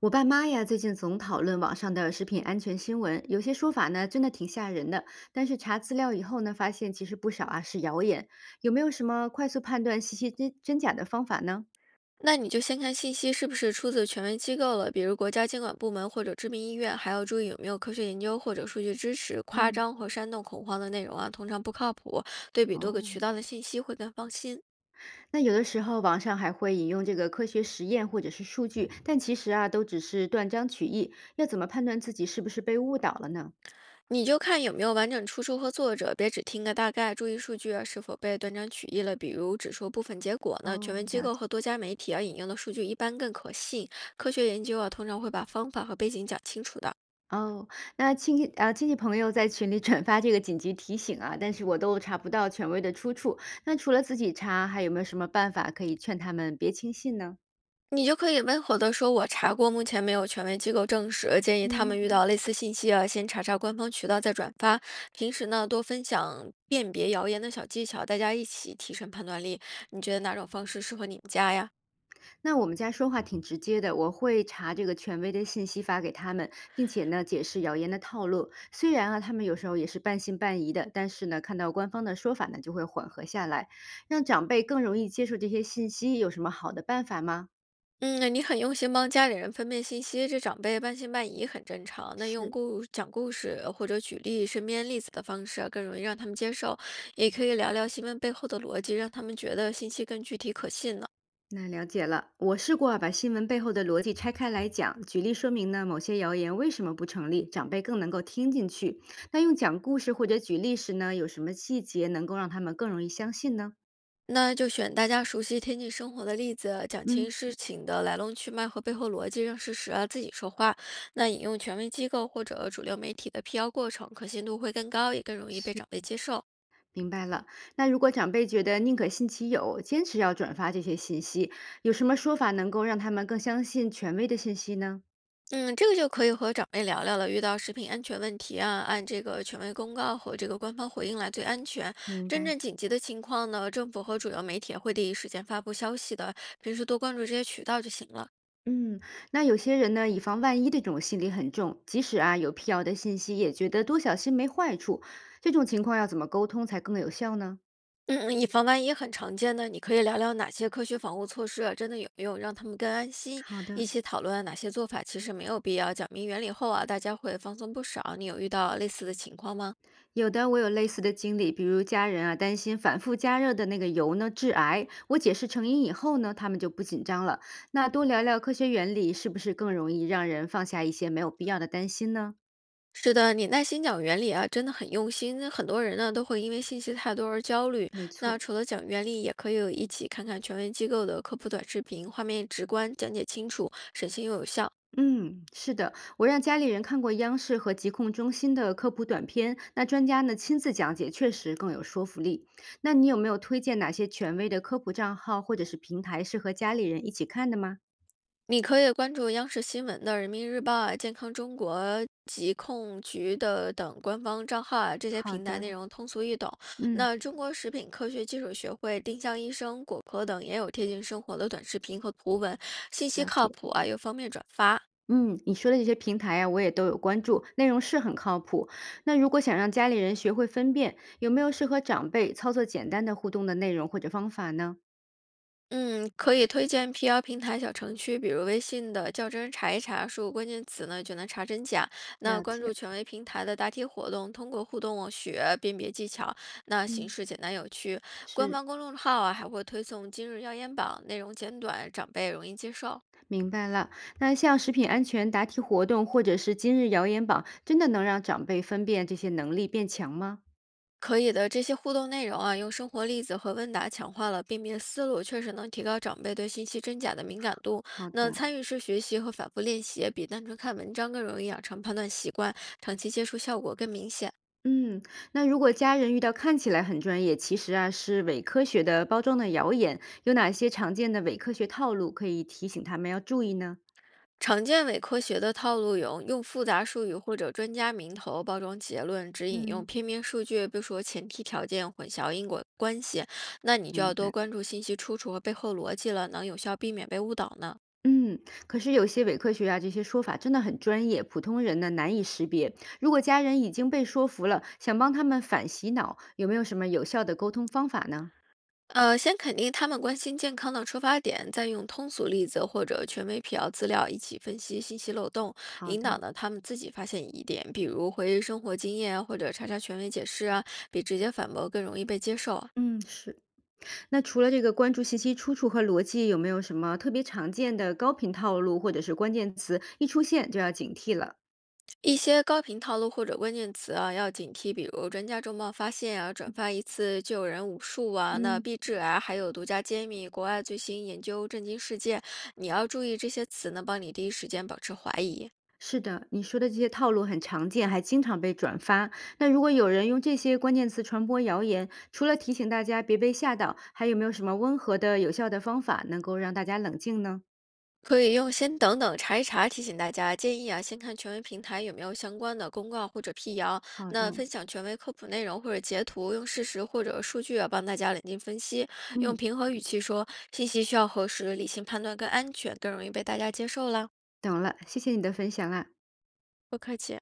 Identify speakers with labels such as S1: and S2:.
S1: 我爸妈呀，最近总讨论网上的食品安全新闻，有些说法呢，真的挺吓人的。但是查资料以后呢，发现其实不少啊是谣言。有没有什么快速判断信息真真假的方法呢？
S2: 那你就先看信息是不是出自权威机构了，比如国家监管部门或者知名医院，还要注意有没有科学研究或者数据支持。夸
S1: 嗯，
S2: 张或煽动恐慌的内容啊，通常不靠谱。对比多个
S1: 哦，
S2: 渠道的信息会更放心。
S1: 那有的时候网上还会引用这个科学实验或者是数据，但其实啊，都只是断章取义。要怎么判断自己是不是被误导了呢？
S2: 你就看有没有完整出处和作者，别只听个大概。注意数据啊是否被断章取义了，比如只说部分结果呢。权
S1: 哦，
S2: 威机
S1: 了
S2: 构和
S1: 解。
S2: 多家媒体啊引用的数据一般更可信。科学研究啊通常会把方法和背景讲清楚的。
S1: 哦，那亲戚啊，亲戚朋友在群里转发这个紧急提醒啊，但是我都查不到权威的出处。那除了自己查，还有没有什么办法可以劝他们别轻信呢？
S2: 你就可以温和地说：“我查过，目前没有权威机构证实，建议他们
S1: 嗯，
S2: 遇到类似信息啊，先查查官方渠道再转发。平时呢，多分享辨别谣言的小技巧，大家一起提升判断力。你觉得哪种方式适合你们家呀？”
S1: 那我们家说话挺直接的，我会查这个权威的信息发给他们，并且呢解释谣言的套路。虽然啊，他们有时候也是半信半疑的，但是呢，看到官方的说法呢，就会缓和下来。让长辈更容易接受这些信息，有什么好的办法吗？
S2: 嗯，你很用心帮家里人分辨信息，这长辈半信半疑很正常。那用
S1: 是，
S2: 故讲故事或者举例身边例子的方式啊，更容易让他们接受。也可以聊聊新闻背后的逻辑，让他们觉得信息更具体可信呢。
S1: 那了解了，我试过啊把新闻背后的逻辑拆开来讲，举例说明呢某些谣言为什么不成立，长辈更能够听进去。那用讲故事或者举例时呢，有什么细节能够让他们更容易相信呢？
S2: 那就选大家熟悉、贴近生活的例子，讲清
S1: 嗯，
S2: 事情的来龙去脉和背后逻辑，让事实啊自己说话。那引用权威机构或者主流媒体的辟谣过程，可信度会更高，也更容易被
S1: 是，
S2: 长辈接受。
S1: 明白了。那如果长辈觉得宁可信其有，坚持要转发这些信息，有什么说法能够让他们更相信权威的信息呢？
S2: 嗯，这个就可以和长辈聊聊了。遇到食品安全问题啊，按这个权威公告和这个官方回应来最安全。
S1: 明
S2: 真
S1: 白。
S2: 正紧急的情况呢，政府和主流媒体也会第一时间发布消息的。平时多关注这些渠道就行了。
S1: 嗯，那有些人呢，以防万一的这种心理很重，即使啊有辟谣的信息，也觉得多小心没坏处。这种情况要怎么沟通才更有效呢？
S2: 嗯嗯以防万一很常见的，你可以聊聊哪些科学防护措施啊，真的有用，让他们更安心。
S1: 好
S2: 一
S1: 的，
S2: 起讨论哪些做法其实没有必要。讲明原理后啊，大家会放松不少。你有遇到类似的情况吗？
S1: 有的我有类似的经历，比如家人啊担心反复加热的那个油呢致癌，我解释成因以后呢，他们就不紧张了。那多聊聊科学原理，是不是更容易让人放下一些没有必要的担心呢？
S2: 是的，你耐心讲原理啊，真的很用心。很多人呢都会因为信息太多而焦虑。
S1: 没
S2: 那
S1: 错。
S2: 除了讲原理，也可以有一起看看权威机构的科普短视频，画面直观，讲解清楚，省心又有效。
S1: 嗯，是的，我让家里人看过央视和疾控中心的科普短片，那专家呢亲自讲解，确实更有说服力。那你有没有推荐哪些权威的科普账号或者是平台适合家里人一起看的吗？
S2: 你可以关注央视新闻的《人民日报》啊、健康中国、疾控局的等官方账号啊，这些
S1: 好
S2: 平台
S1: 的，
S2: 内容通俗易懂。
S1: 嗯，
S2: 那中国食品科学技术学会、丁香医生、果壳等也有贴近生活的短视频和图文，信息
S1: 了
S2: 靠
S1: 解。
S2: 谱啊，又方便转发。
S1: 嗯，你说的这些平台啊，我也都有关注，内容是很靠谱。那如果想让家里人学会分辨，有没有适合长辈操作简单的互动的内容或者方法呢？
S2: 嗯，可以推荐 PR 平台小程序，比如微信的较真儿查一查，输入关键词呢就能查真假。那
S1: 了
S2: 关注
S1: 解，
S2: 权威平台的答题活动，通过互动哦学辨别技巧，那形
S1: 嗯，
S2: 式简单有趣。官
S1: 是。
S2: 方公众号啊还会推送今日要言榜，内容简短，长辈容易接受。
S1: 明白了，那像食品安全答题活动或者是今日谣言榜，真的能让长辈分辨这些能力变强吗？
S2: 可以的，这些互动内容啊，用生活例子和问答强化了辨别思路，确实能提高长辈对信息真假的敏感度。
S1: 好
S2: 那
S1: 的，
S2: 参与式学习和反复练习，比单纯看文章更容易养成判断习惯，长期接触效果更明显。
S1: 嗯，那如果家人遇到看起来很专业，其实啊是伪科学的包装的谣言，有哪些常见的伪科学套路可以提醒他们要注意呢？
S2: 常见伪科学的套路有用复杂术语或者专家名头包装结论，只引用
S1: 嗯，
S2: 片面数据，不说前提条件，混淆因果关系。那你就要
S1: 明
S2: 多
S1: 白。
S2: 关注信息出处和背后逻辑了，能有效避免被误导呢。
S1: 嗯，可是有些伪科学啊，这些说法真的很专业，普通人呢难以识别。如果家人已经被说服了，想帮他们反洗脑，有没有什么有效的沟通方法呢？
S2: 先肯定他们关心健康的出发点，再用通俗例子或者权威辟谣资料一起分析信息漏洞，
S1: 好
S2: 引导
S1: 的，
S2: 呢他们自己发现疑点，比如回忆生活经验啊或者查查权威解释啊，比直接反驳更容易被接受啊。
S1: 嗯，是。那除了这个关注信息出处和逻辑，有没有什么特别常见的高频套路或者是关键词，一出现就要警惕了？
S2: 一些高频套路或者关键词啊要警惕，比如专家周末发现啊，转发一次就有人武术啊，那
S1: 嗯，
S2: 必纸啊，还有独家揭秘国外最新研究震惊世界，你要注意这些词呢，帮你第一时间保持怀疑。
S1: 是的，你说的这些套路很常见，还经常被转发。那如果有人用这些关键词传播谣言，除了提醒大家别被吓到，还有没有什么温和的、有效的方法能够让大家冷静呢？
S2: 可以用“先等等，查一查”提醒大家，建议啊，先看权威平台有没有相关的公告或者辟谣。
S1: 好
S2: 那
S1: 的，
S2: 分享权威科普内容或者截图，用事实或者数据啊帮大家冷静分析，用
S1: 嗯，
S2: 平和语气说，信息需要核实，理性判断更安全，更容易被大家接受啦。
S1: 懂了，谢谢你的分享啊。
S2: 不客气。